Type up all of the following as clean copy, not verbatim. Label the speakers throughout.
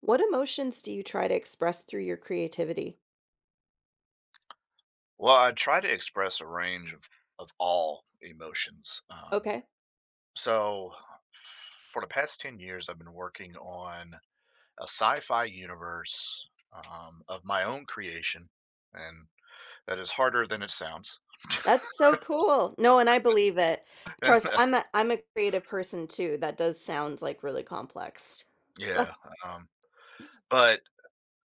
Speaker 1: What emotions do you try to express through your creativity?
Speaker 2: Well, I try to express a range of all emotions.
Speaker 1: Okay.
Speaker 2: So, for the past 10 years, I've been working on a sci fi universe of my own creation. And that is harder than it sounds.
Speaker 1: That's so cool. No, and I believe it. Trust, I'm a creative person too. That does sound like really complex. So,
Speaker 2: Yeah. Um, but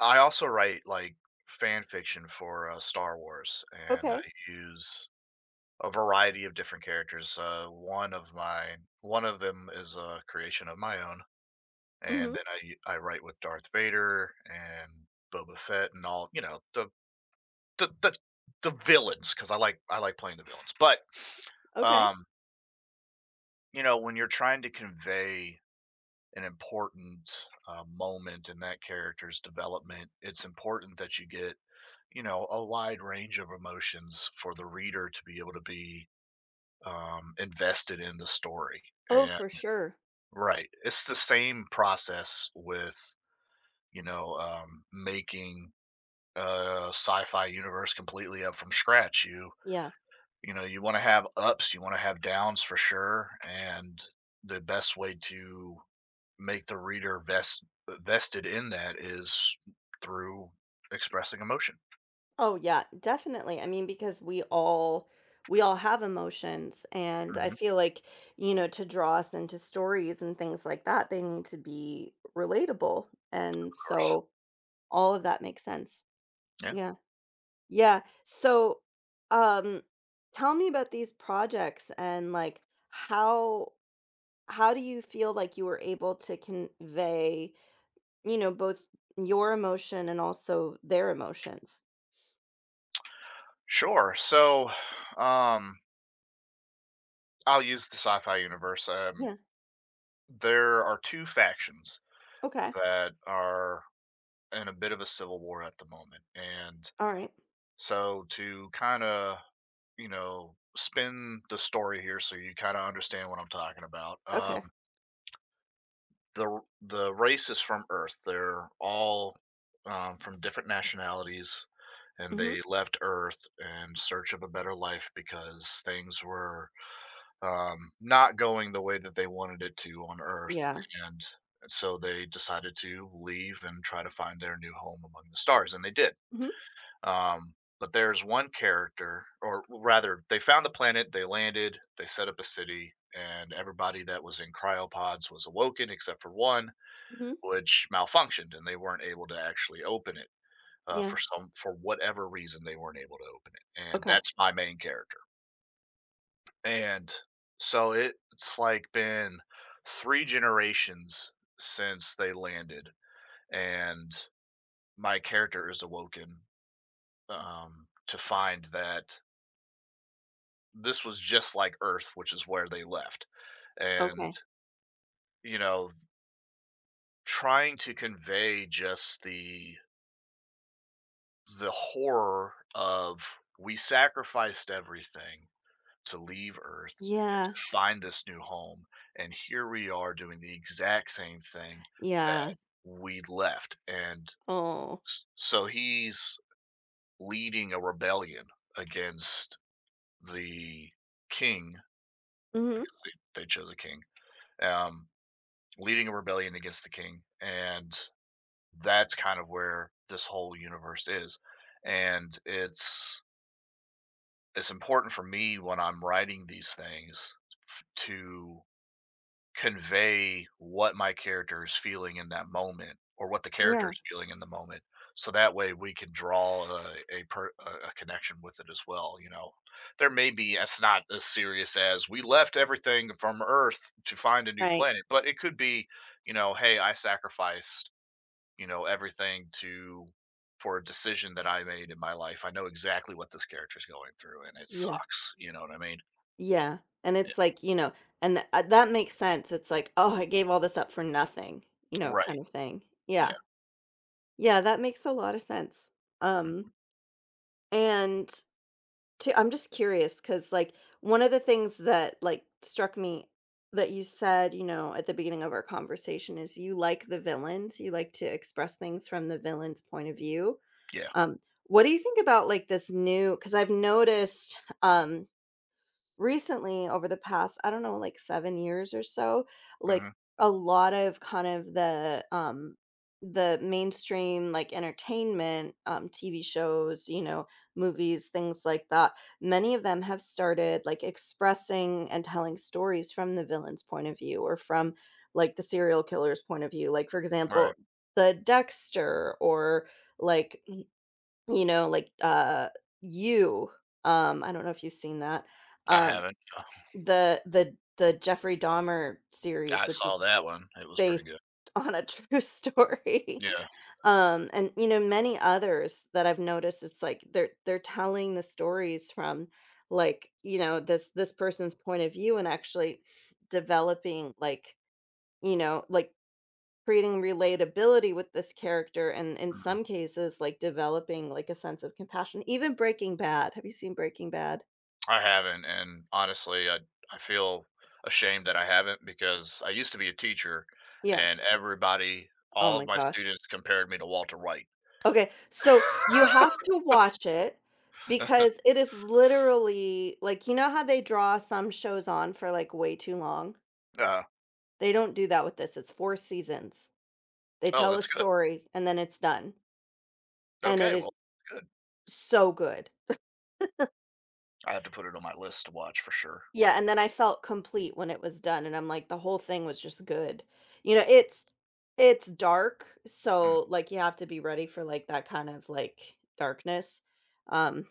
Speaker 2: I also write like fan fiction for Star Wars, and I
Speaker 1: okay.
Speaker 2: use a variety of different characters. One of them is a creation of my own, and
Speaker 1: Mhm.
Speaker 2: then I write with Darth Vader and Boba Fett and all the the, the villains because I like playing the villains. But
Speaker 1: Okay.
Speaker 2: um, when you're trying to convey an important moment in that character's development, it's important that you get a wide range of emotions for the reader to be able to be invested in the story,
Speaker 1: Oh,
Speaker 2: and
Speaker 1: for sure.
Speaker 2: right, it's the same process with making sci-fi universe completely up from scratch. You
Speaker 1: Yeah.
Speaker 2: you know you want to have ups, you want to have downs for sure, and the best way to make the reader vested in that is through expressing emotion.
Speaker 1: Oh, yeah, definitely. I mean, because we all have emotions and I
Speaker 2: Hmm. Of
Speaker 1: feel like, you know, to draw us into stories and things like that, they need to be relatable. And
Speaker 2: course,
Speaker 1: so all of that makes sense.
Speaker 2: yeah,
Speaker 1: Yeah. Yeah. So, um, tell me about these projects and like how how do you feel like you were able to convey, you know, both your emotion and also their emotions?
Speaker 2: sure. So, um, I'll use the sci-fi universe.
Speaker 1: Yeah.
Speaker 2: There are two factions
Speaker 1: Okay.
Speaker 2: that are in a bit of a civil war at the moment, and
Speaker 1: All right.
Speaker 2: so to kind of, spin the story here so you kind of understand what I'm talking about.
Speaker 1: Okay.
Speaker 2: The race is from Earth. They're all from different nationalities, and
Speaker 1: Mhm.
Speaker 2: they left Earth in search of a better life because things were not going the way that they wanted it to on Earth,
Speaker 1: Yeah.
Speaker 2: and so they decided to leave and try to find their new home among the stars, and they did.
Speaker 1: Mhm.
Speaker 2: But there's one character, or rather, they found the planet, they landed, they set up a city, and everybody that was in cryopods was awoken except for one,
Speaker 1: Mhm.
Speaker 2: which malfunctioned, and they weren't able to actually open it
Speaker 1: Yeah.
Speaker 2: for whatever reason they weren't able to open it, and
Speaker 1: Okay.
Speaker 2: that's my main character. And so it's like been three generations since they landed, and my character is awoken to find that this was just like Earth, which is where they left. And,
Speaker 1: Okay.
Speaker 2: you know, trying to convey just the horror of we sacrificed everything to leave Earth and
Speaker 1: Yeah.
Speaker 2: to find this new home. And here we are doing the exact same thing that
Speaker 1: Yeah.
Speaker 2: we left.
Speaker 1: Oh.
Speaker 2: So he's leading a rebellion against the king
Speaker 1: Mhm.
Speaker 2: because they chose a king. Um, Leading a rebellion against the king. And that's kind of where this whole universe is. And it's important for me when I'm writing these things to convey what my character is feeling in that moment or what the character
Speaker 1: Yeah.
Speaker 2: is feeling in the moment. So that way we can draw a, per, a connection with it as well. You know, there may be it's not as serious as we left everything from Earth to find a new
Speaker 1: Right.
Speaker 2: planet, but it could be, you know, hey, I sacrificed, you know, everything to for a decision that I made in my life. I know exactly what this character is going through, and it
Speaker 1: Yeah.
Speaker 2: sucks. You know what I mean?
Speaker 1: Yeah, and
Speaker 2: Yeah.
Speaker 1: it's like, you know, and that makes sense, it's like, "Oh, I gave all this up for nothing," you know,
Speaker 2: Right.
Speaker 1: kind of thing.
Speaker 2: Yeah.
Speaker 1: Yeah. Yeah, that makes a lot of sense.
Speaker 2: Hmm.
Speaker 1: Um, and to I'm just curious because, like, one of the things that, like, struck me that you said, you know, at the beginning of our conversation is you like the villains, you like to express things from the villain's point of view.
Speaker 2: Yeah.
Speaker 1: Um, what do you think about, like, this new? Because 'cause I've noticed, recently over the past I don't know like 7 years or so, like
Speaker 2: Hmm.
Speaker 1: a lot of kind of the mainstream like entertainment, tv shows, you know, movies, things like that, many of them have started like expressing and telling stories from the villain's point of view or from like the serial killer's point of view, like, for
Speaker 2: Right.
Speaker 1: example, the dexter or like, you know, like you I don't know if you've seen that.
Speaker 2: I
Speaker 1: um,
Speaker 2: haven't.
Speaker 1: the the the Jeffrey Dahmer series,
Speaker 2: I
Speaker 1: which
Speaker 2: saw
Speaker 1: is
Speaker 2: that one. It was pretty
Speaker 1: based
Speaker 2: good.
Speaker 1: on a true story.
Speaker 2: Yeah.
Speaker 1: And, you know, many others that I've noticed, it's like they're telling the stories from, like, you know, this person's point of view and actually developing, like, you know, like, creating relatability with this character and in
Speaker 2: Mhm.
Speaker 1: some cases, like, developing, like, a sense of compassion. Even Breaking Bad. Have you seen Breaking Bad?
Speaker 2: I haven't, and honestly, I feel ashamed that I haven't because I used to be a teacher,
Speaker 1: Yeah.
Speaker 2: and everybody
Speaker 1: Oh
Speaker 2: all of
Speaker 1: my
Speaker 2: my
Speaker 1: gosh.
Speaker 2: students compared me to Walter White.
Speaker 1: Okay, so you have to watch it because it is literally like you know how they draw some shows on for like way too long?
Speaker 2: Uh,
Speaker 1: They don't do that with this. It's 4 seasons. They
Speaker 2: oh,
Speaker 1: tell a
Speaker 2: that's good.
Speaker 1: story and then it's done, and it
Speaker 2: Okay, well,
Speaker 1: is
Speaker 2: good.
Speaker 1: so good.
Speaker 2: I have to put it on my list to watch for sure.
Speaker 1: Yeah, and then I felt complete when it was done, and I'm like, the whole thing was just good. You know, it's dark,
Speaker 2: Mm,
Speaker 1: so, like, you have to be ready for, like, that kind of, like, darkness. um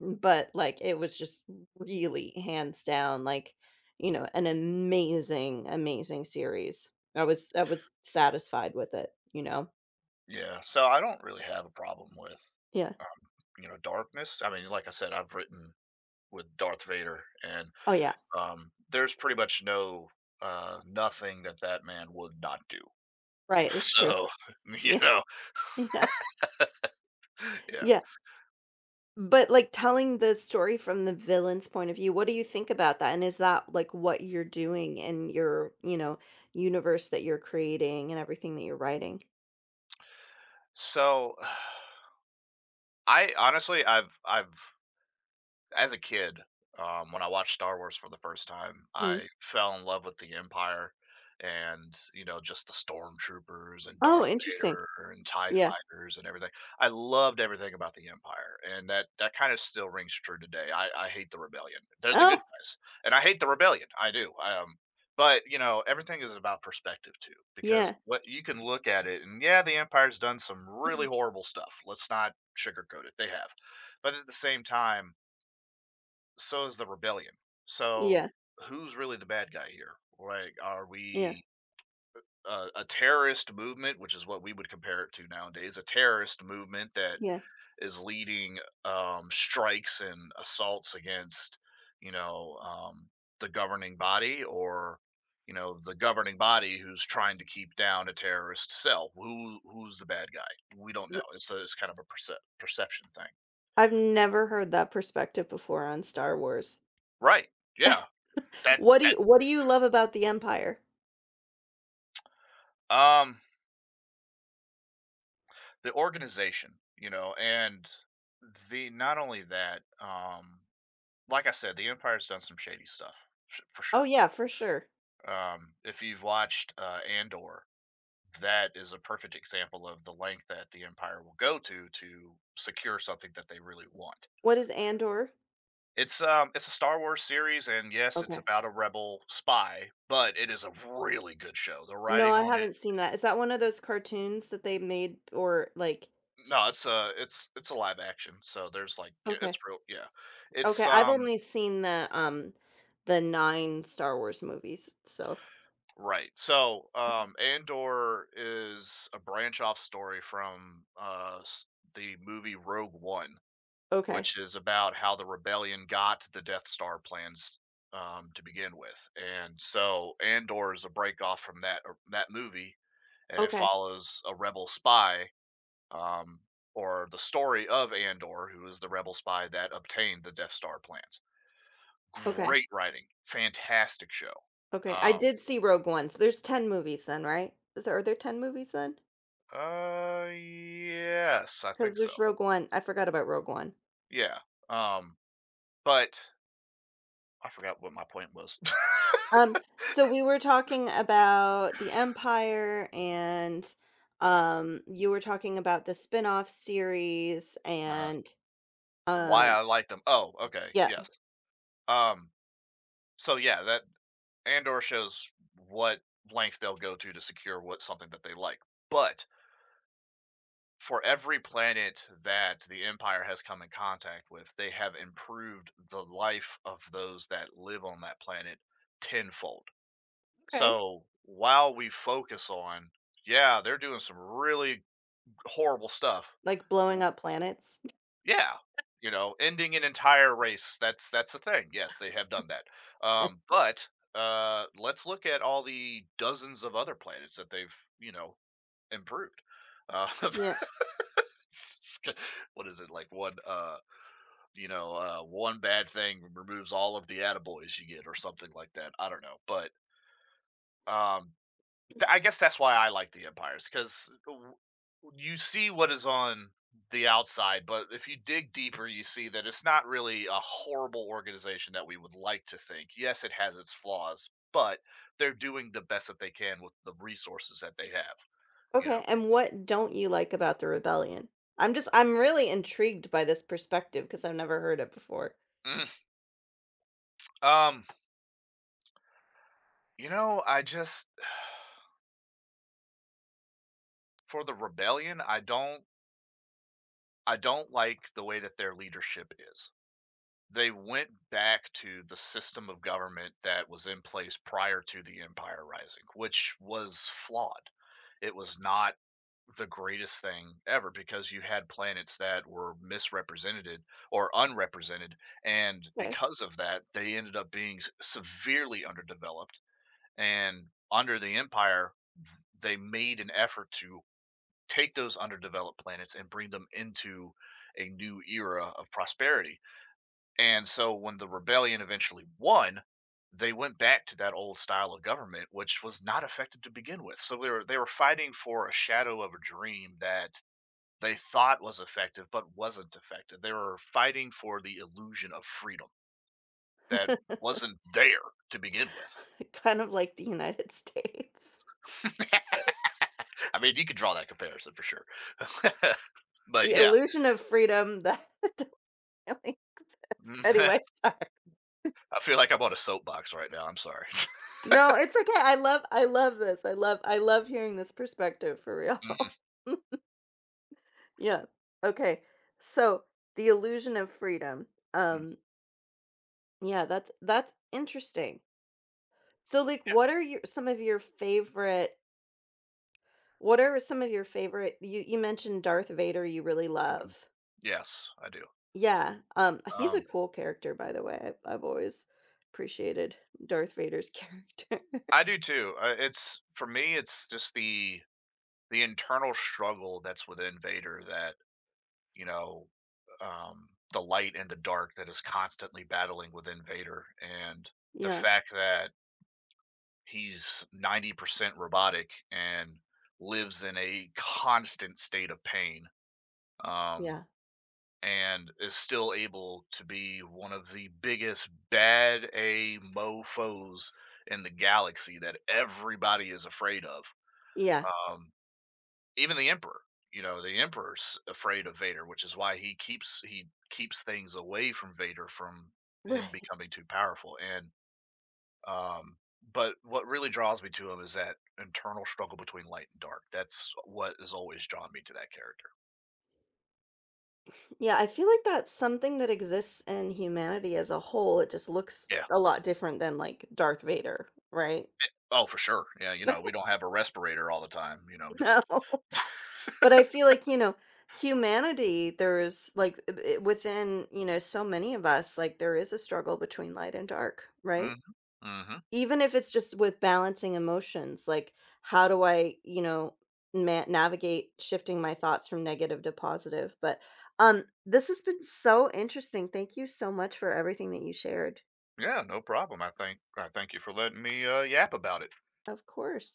Speaker 1: But, like, it was just really hands down, like, you know, an amazing, amazing series. I was satisfied with it, you know?
Speaker 2: yeah, so I don't really have a problem with,
Speaker 1: Yeah.
Speaker 2: um, you know, darkness. I mean, like I said, I've written with Darth Vader, and
Speaker 1: Oh, yeah.
Speaker 2: There's pretty much no nothing that that man would not do.
Speaker 1: Right, that's true.
Speaker 2: So, you
Speaker 1: Yeah,
Speaker 2: know,
Speaker 1: yeah,
Speaker 2: yeah.
Speaker 1: yeah. But, like, telling the story from the villain's point of view, what do you think about that? And is that, like, what you're doing in your, you know, universe that you're creating and everything that you're writing?
Speaker 2: So, I honestly, I've as a kid, when I watched Star Wars for the first time,
Speaker 1: Mm.
Speaker 2: I fell in love with the Empire and, you know, just the stormtroopers and
Speaker 1: Oh,
Speaker 2: Darth
Speaker 1: interesting.
Speaker 2: Vader and TIE
Speaker 1: Yeah.
Speaker 2: fighters and everything. I loved everything about the Empire. And that kind of still rings true today. I hate the rebellion. They're the good
Speaker 1: Oh,
Speaker 2: guys. And I hate the rebellion. I do. But you know, everything is about perspective too, because
Speaker 1: yeah,
Speaker 2: what you can look at it and yeah, the Empire's done some really horrible stuff. Let's not sugarcoat it. They have. But at the same time, so is the rebellion. So
Speaker 1: yeah,
Speaker 2: who's really the bad guy here? Like, are
Speaker 1: yeah,
Speaker 2: we a terrorist movement, which is what we would compare it to nowadays, a terrorist movement that
Speaker 1: yeah.
Speaker 2: is leading strikes and assaults against, you know, um, the governing body, or the governing body who's trying to keep down a terrorist cell? Who who's the bad guy? We don't know. It's it's kind of a perception thing,
Speaker 1: I've never heard that perspective before on Star Wars.
Speaker 2: right? Yeah. that,
Speaker 1: What do you love about the Empire?
Speaker 2: that The organization, you know, and the not only that, like I said, the Empire's done some shady stuff, for
Speaker 1: Oh,
Speaker 2: sure.
Speaker 1: yeah, for sure.
Speaker 2: If you've watched Andor, that is a perfect example of the length that the Empire will go to secure something that they really want.
Speaker 1: What is Andor?
Speaker 2: It's a Star Wars series, and yes, it's
Speaker 1: Okay.
Speaker 2: about a rebel spy, but it is a really good show. The
Speaker 1: No,
Speaker 2: writing
Speaker 1: I
Speaker 2: on it,
Speaker 1: haven't seen that. Is that one of those cartoons that they made or like?
Speaker 2: no, it's a it's a live action, so there's like it's
Speaker 1: Okay.
Speaker 2: real, yeah. It's
Speaker 1: Okay, I've
Speaker 2: um.
Speaker 1: only seen the 9 Star Wars movies, so
Speaker 2: Right. So, Andor is a branch off story from the movie Rogue One, which
Speaker 1: okay.
Speaker 2: is about how the rebellion got the Death Star plans to begin with. And so, Andor is a break off from that movie, and it
Speaker 1: Okay.
Speaker 2: follows a rebel spy, um, or the story of Andor, who is the rebel spy that obtained the Death Star plans.
Speaker 1: Okay.
Speaker 2: Great writing, fantastic show.
Speaker 1: Okay. I
Speaker 2: Um,
Speaker 1: did see Rogue One, so there's 10 movies then, right? Is there are there 10 movies then?
Speaker 2: Yes, I think
Speaker 1: Because
Speaker 2: so.
Speaker 1: there's Rogue One. I forgot about Rogue One.
Speaker 2: Yeah. Um, but I forgot what my point was.
Speaker 1: Um, so we were talking about the Empire and you were talking about the spin-off series,
Speaker 2: uh,
Speaker 1: and
Speaker 2: why
Speaker 1: um,
Speaker 2: I like them. Oh, okay.
Speaker 1: yeah,
Speaker 2: Yes. Um, so yeah, that Andor shows what length they'll go to secure what something that they like. But for every planet that the Empire has come in contact with, they have improved the life of those that live on that planet tenfold.
Speaker 1: okay.
Speaker 2: So while we focus on, yeah, they're doing some really horrible stuff.
Speaker 1: Like blowing
Speaker 2: w-
Speaker 1: up planets.
Speaker 2: Yeah, you know, ending an entire race. That's the thing. Yes, they have done that. Um, but uh, let's look at all the dozens of other planets that they've, you know, improved. Uh,
Speaker 1: Yeah.
Speaker 2: what is it, like, one you know, one bad thing removes all of the attaboys you get or something like that, I don't know, but um I guess that's why I like the empires, because you see what is on the outside, but if you dig deeper, you see that it's not really a horrible organization that we would like to think. Yes, it has its flaws, but they're doing the best that they can with the resources that they have. You know,
Speaker 1: Okay. And what don't you like about the rebellion? I'm really intrigued by this perspective because I've never heard it before.
Speaker 2: mm, um, you know, I just for the rebellion, I don't like the way that their leadership is. They went back to the system of government that was in place prior to the empire rising, which was flawed. It was not the greatest thing ever, because you had planets that were misrepresented or unrepresented, and
Speaker 1: Okay.
Speaker 2: because of that they ended up being severely underdeveloped, and under the empire they made an effort to take those underdeveloped planets and bring them into a new era of prosperity. And so when the rebellion eventually won, they went back to that old style of government, which was not effective to begin with. So they were fighting for a shadow of a dream that they thought was effective but wasn't effective. They were fighting for the illusion of freedom that wasn't there to begin with.
Speaker 1: Kind of like the United States.
Speaker 2: I mean, you could draw that comparison for sure. But
Speaker 1: The
Speaker 2: yeah,
Speaker 1: illusion of freedom that anyway. Sorry.
Speaker 2: I feel like I'm on a soapbox right now. I'm sorry.
Speaker 1: No, it's okay. I love this. I love hearing this perspective for
Speaker 2: Mhm,
Speaker 1: real. Yeah. Okay. So, the illusion of freedom.
Speaker 2: mhm,
Speaker 1: Um, yeah, that's interesting. So, like, what are your some of your favorite you mentioned Darth Vader you really love.
Speaker 2: mhm. Yes, I do.
Speaker 1: Yeah. He's a
Speaker 2: Um,
Speaker 1: cool character, by the way. I've always appreciated Darth Vader's character.
Speaker 2: I do too. It's For me, it's just the internal struggle that's within Vader that, you know, the light and the dark that is constantly battling within Vader, and the
Speaker 1: Yeah.
Speaker 2: fact that he's 90% robotic and lives in a constant state of pain, um,
Speaker 1: Yeah.
Speaker 2: and is still able to be one of the biggest bad a mofo's in the galaxy that everybody is afraid of.
Speaker 1: Yeah.
Speaker 2: Um, Even the Emperor, you know, the Emperor's afraid of Vader, which is why he keeps things away from Vader from him
Speaker 1: Right.
Speaker 2: becoming too powerful. And um, but what really draws me to him is that internal struggle between light and dark. That's what has always drawn me to that character.
Speaker 1: Yeah, I feel like that's something that exists in humanity as a whole. It just looks
Speaker 2: Yeah.
Speaker 1: a lot different than like Darth Vader, right?
Speaker 2: Oh, for sure. Yeah. You know, we don't have a respirator all the time. You know, just.
Speaker 1: No. But I feel like, you know, humanity, there's like within, you know, so many of us, like there is a struggle between light and dark,
Speaker 2: Hmm.
Speaker 1: right?
Speaker 2: Hmm.
Speaker 1: Even if it's just with balancing emotions, like how do I, you know, navigate shifting my thoughts from negative to positive? But this has been so interesting. Thank you so much for everything that you shared.
Speaker 2: Yeah. No problem. I thank you for letting me yap about it.
Speaker 1: Of course.